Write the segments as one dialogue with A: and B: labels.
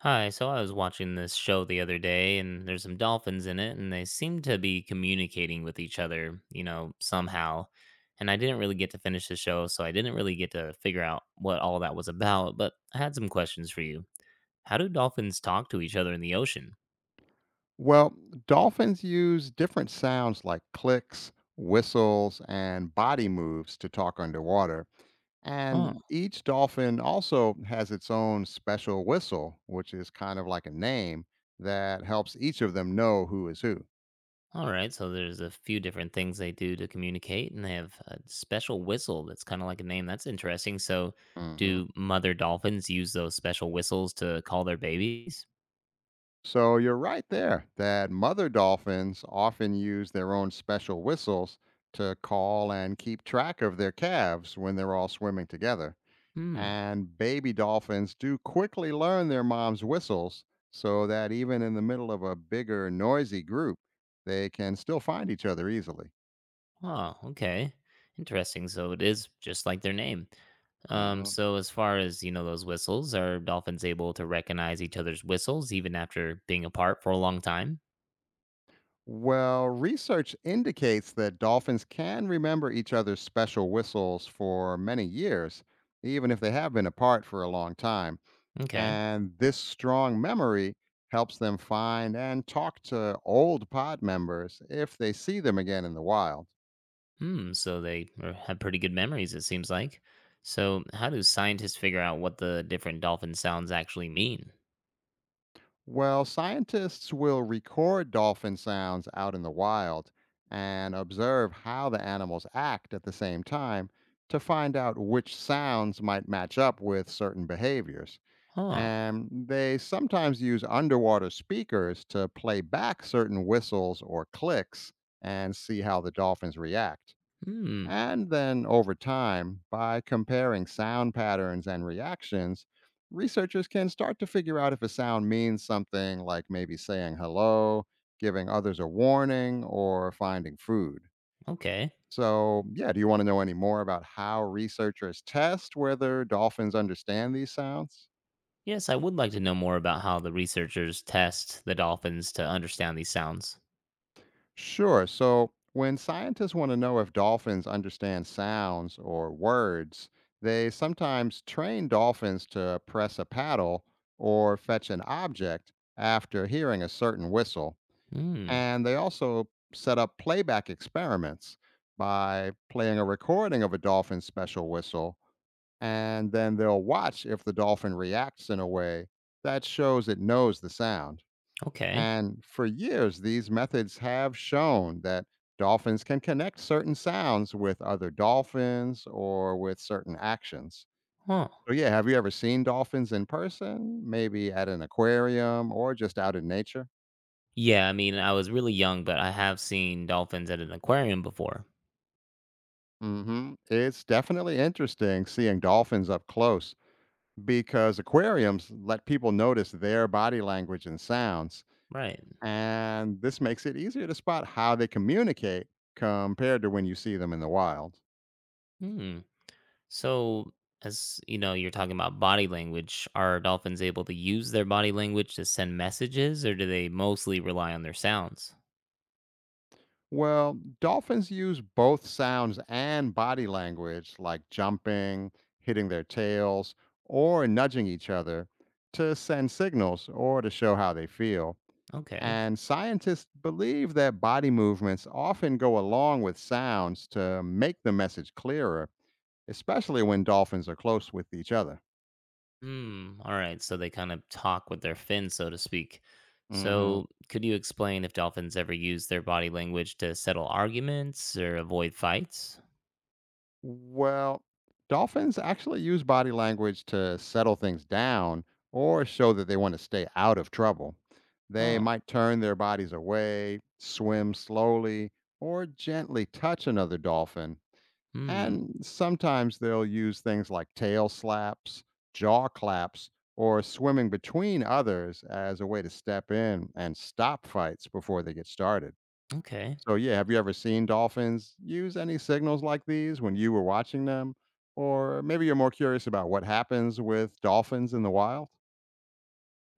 A: Hi, so I was watching this show the other day, and there's some dolphins in it, and they seem to be communicating with each other, you know, somehow. And I didn't really get to finish the show, so I didn't really get to figure out what all that was about, but I had some questions for you. How do dolphins talk to each other in the ocean?
B: Well, dolphins use different sounds like clicks, whistles, and body moves to talk underwater.
A: Oh,
B: And each dolphin also has its own special whistle, which is kind of like a name that helps each of them know who is who.
A: all right, so there's a few different things they do to communicate, and they have a special whistle that's kind of like a name. That's interesting. So,
B: hmm
A: do mother dolphins use those special whistles to call their babies?
B: So you're right there that mother dolphins often use their own special whistles to call and keep track of their calves when they're all swimming together.
A: Hmm.
B: And baby dolphins do quickly learn their mom's whistles so that even in the middle of a bigger, noisy group, they can still find each other easily.
A: Oh, okay. Interesting. So it is just like their name. Um,
B: hmm
A: so as far as you know, those whistles, are dolphins able to recognize each other's whistles even after being apart for a long time?
B: Well, research indicates that dolphins can remember each other's special whistles for many years, even if they have been apart for a long time.
A: Okay.
B: And this strong memory helps them find and talk to old pod members if they see them again in the wild.
A: Hmm. So they have pretty good memories. It seems like. So how do scientists figure out what the different dolphin sounds actually mean?
B: Well, scientists will record dolphin sounds out in the wild and observe how the animals act at the same time to find out which sounds might match up with certain behaviors.
A: Huh.
B: And they sometimes use underwater speakers to play back certain whistles or clicks and see how the dolphins react.
A: Hmm.
B: And then over time, by comparing sound patterns and reactions, researchers can start to figure out if a sound means something like maybe saying hello, giving others a warning, or finding food.
A: Okay.
B: So, yeah, do you want to know any more about how researchers test whether dolphins understand these sounds?
A: Yes, I would like to know more about how the researchers test the dolphins to understand these sounds.
B: Sure. So when scientists want to know if dolphins understand sounds or words, they sometimes train dolphins to press a paddle or fetch an object after hearing a certain whistle.
A: Hmm.
B: And they also set up playback experiments by playing a recording of a dolphin's special whistle. And then they'll watch if the dolphin reacts in a way that shows it knows the sound.
A: Okay.
B: And for years, these methods have shown that dolphins can connect certain sounds with other dolphins or with certain actions.
A: Huh.
B: So, yeah, have you ever seen dolphins in person? Maybe at an aquarium or just out in nature?
A: Yeah, I mean, I was really young, but I have seen dolphins at an aquarium before.
B: It's definitely interesting seeing dolphins up close because aquariums let people notice their body language and sounds.
A: Right.
B: And this makes it easier to spot how they communicate compared to when you see them in the wild.
A: Hmm. So, as you know, you're talking about body language. Are dolphins able to use their body language to send messages, or do they mostly rely on their sounds?
B: Well, dolphins use both sounds and body language, like jumping, hitting their tails, or nudging each other, to send signals or to show how they feel.
A: Okay.
B: And scientists believe that body movements often go along with sounds to make the message clearer, especially when dolphins are close with each other.
A: Hmm. All right. So they kind of talk with their fins, so to speak.
B: hmm
A: So, could you explain if dolphins ever use their body language to settle arguments or avoid fights?
B: Well, dolphins actually use body language to settle things down or show that they want to stay out of trouble. They
A: Oh.
B: might turn their bodies away, swim slowly, or gently touch another dolphin.
A: Hmm.
B: And sometimes they'll use things like tail slaps, jaw claps, or swimming between others as a way to step in and stop fights before they get started.
A: Okay.
B: So, yeah, have you ever seen dolphins use any signals like these when you were watching them? Or maybe you're more curious about what happens with dolphins in the wild?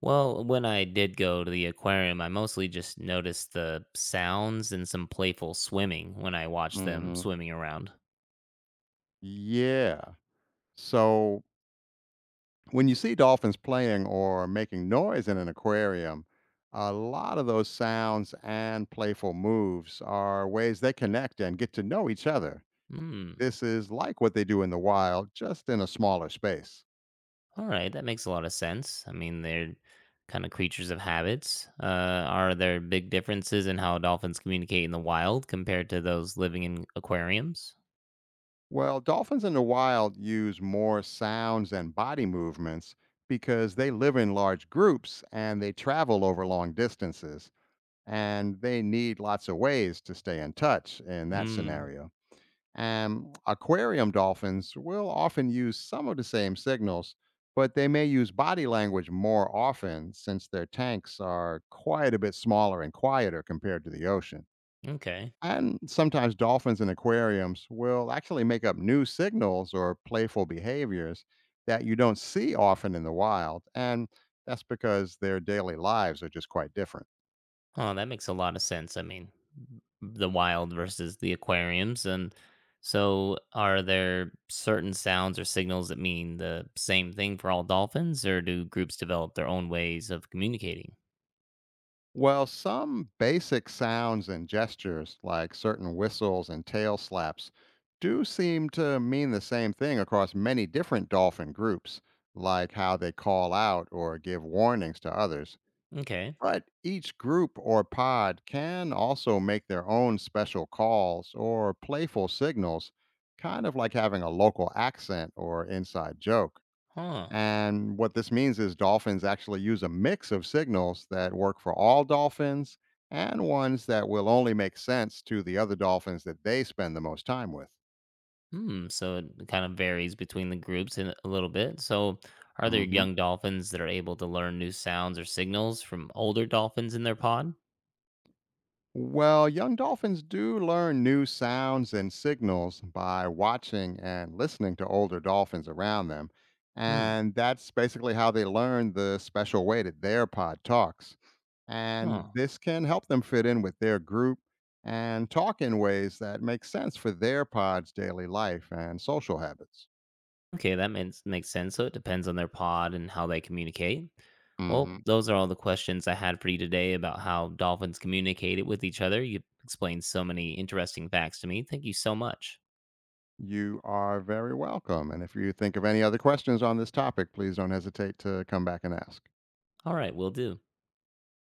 A: Well, when I did go to the aquarium, I mostly just noticed the sounds and some playful swimming when I watched them
B: Hmm.
A: swimming around.
B: Yeah. So when you see dolphins playing or making noise in an aquarium, a lot of those sounds and playful moves are ways they connect and get to know each other.
A: Hmm.
B: This is like what they do in the wild, just in a smaller space.
A: All right, that makes a lot of sense. I mean, they're kind of creatures of habits. Are there big differences in how dolphins communicate in the wild compared to those living in aquariums?
B: Well, dolphins in the wild use more sounds and body movements because they live in large groups and they travel over long distances and they need lots of ways to stay in touch in that
A: Hmm.
B: scenario. And aquarium dolphins will often use some of the same signals, but they may use body language more often since their tanks are quite a bit smaller and quieter compared to the ocean.
A: Okay.
B: And sometimes dolphins in aquariums will actually make up new signals or playful behaviors that you don't see often in the wild. And that's because their daily lives are just quite different.
A: Oh, that makes a lot of sense. I mean, the wild versus the aquariums. And so, are there certain sounds or signals that mean the same thing for all dolphins, or do groups develop their own ways of communicating?
B: Well, some basic sounds and gestures, like certain whistles and tail slaps, do seem to mean the same thing across many different dolphin groups, like how they call out or give warnings to others.
A: Okay.
B: But each group or pod can also make their own special calls or playful signals, kind of like having a local accent or inside joke.
A: Huh.
B: And what this means is dolphins actually use a mix of signals that work for all dolphins and ones that will only make sense to the other dolphins that they spend the most time with.
A: Hmm. So, it kind of varies between the groups in a little bit. So, are there
B: Mhm.
A: young dolphins that are able to learn new sounds or signals from older dolphins in their pod?
B: Well, young dolphins do learn new sounds and signals by watching and listening to older dolphins around them.
A: Hmm.
B: And that's basically how they learn the special way that their pod talks. And
A: Huh.
B: this can help them fit in with their group and talk in ways that make sense for their pod's daily life and social habits.
A: Okay, that makes sense. So it depends on their pod and how they communicate. Well,
B: hmm
A: those are all the questions I had for you today about how dolphins communicate with each other. You explained so many interesting facts to me. Thank you so much.
B: You are very welcome. And if you think of any other questions on this topic, please don't hesitate to come back and ask.
A: All right, we'll do.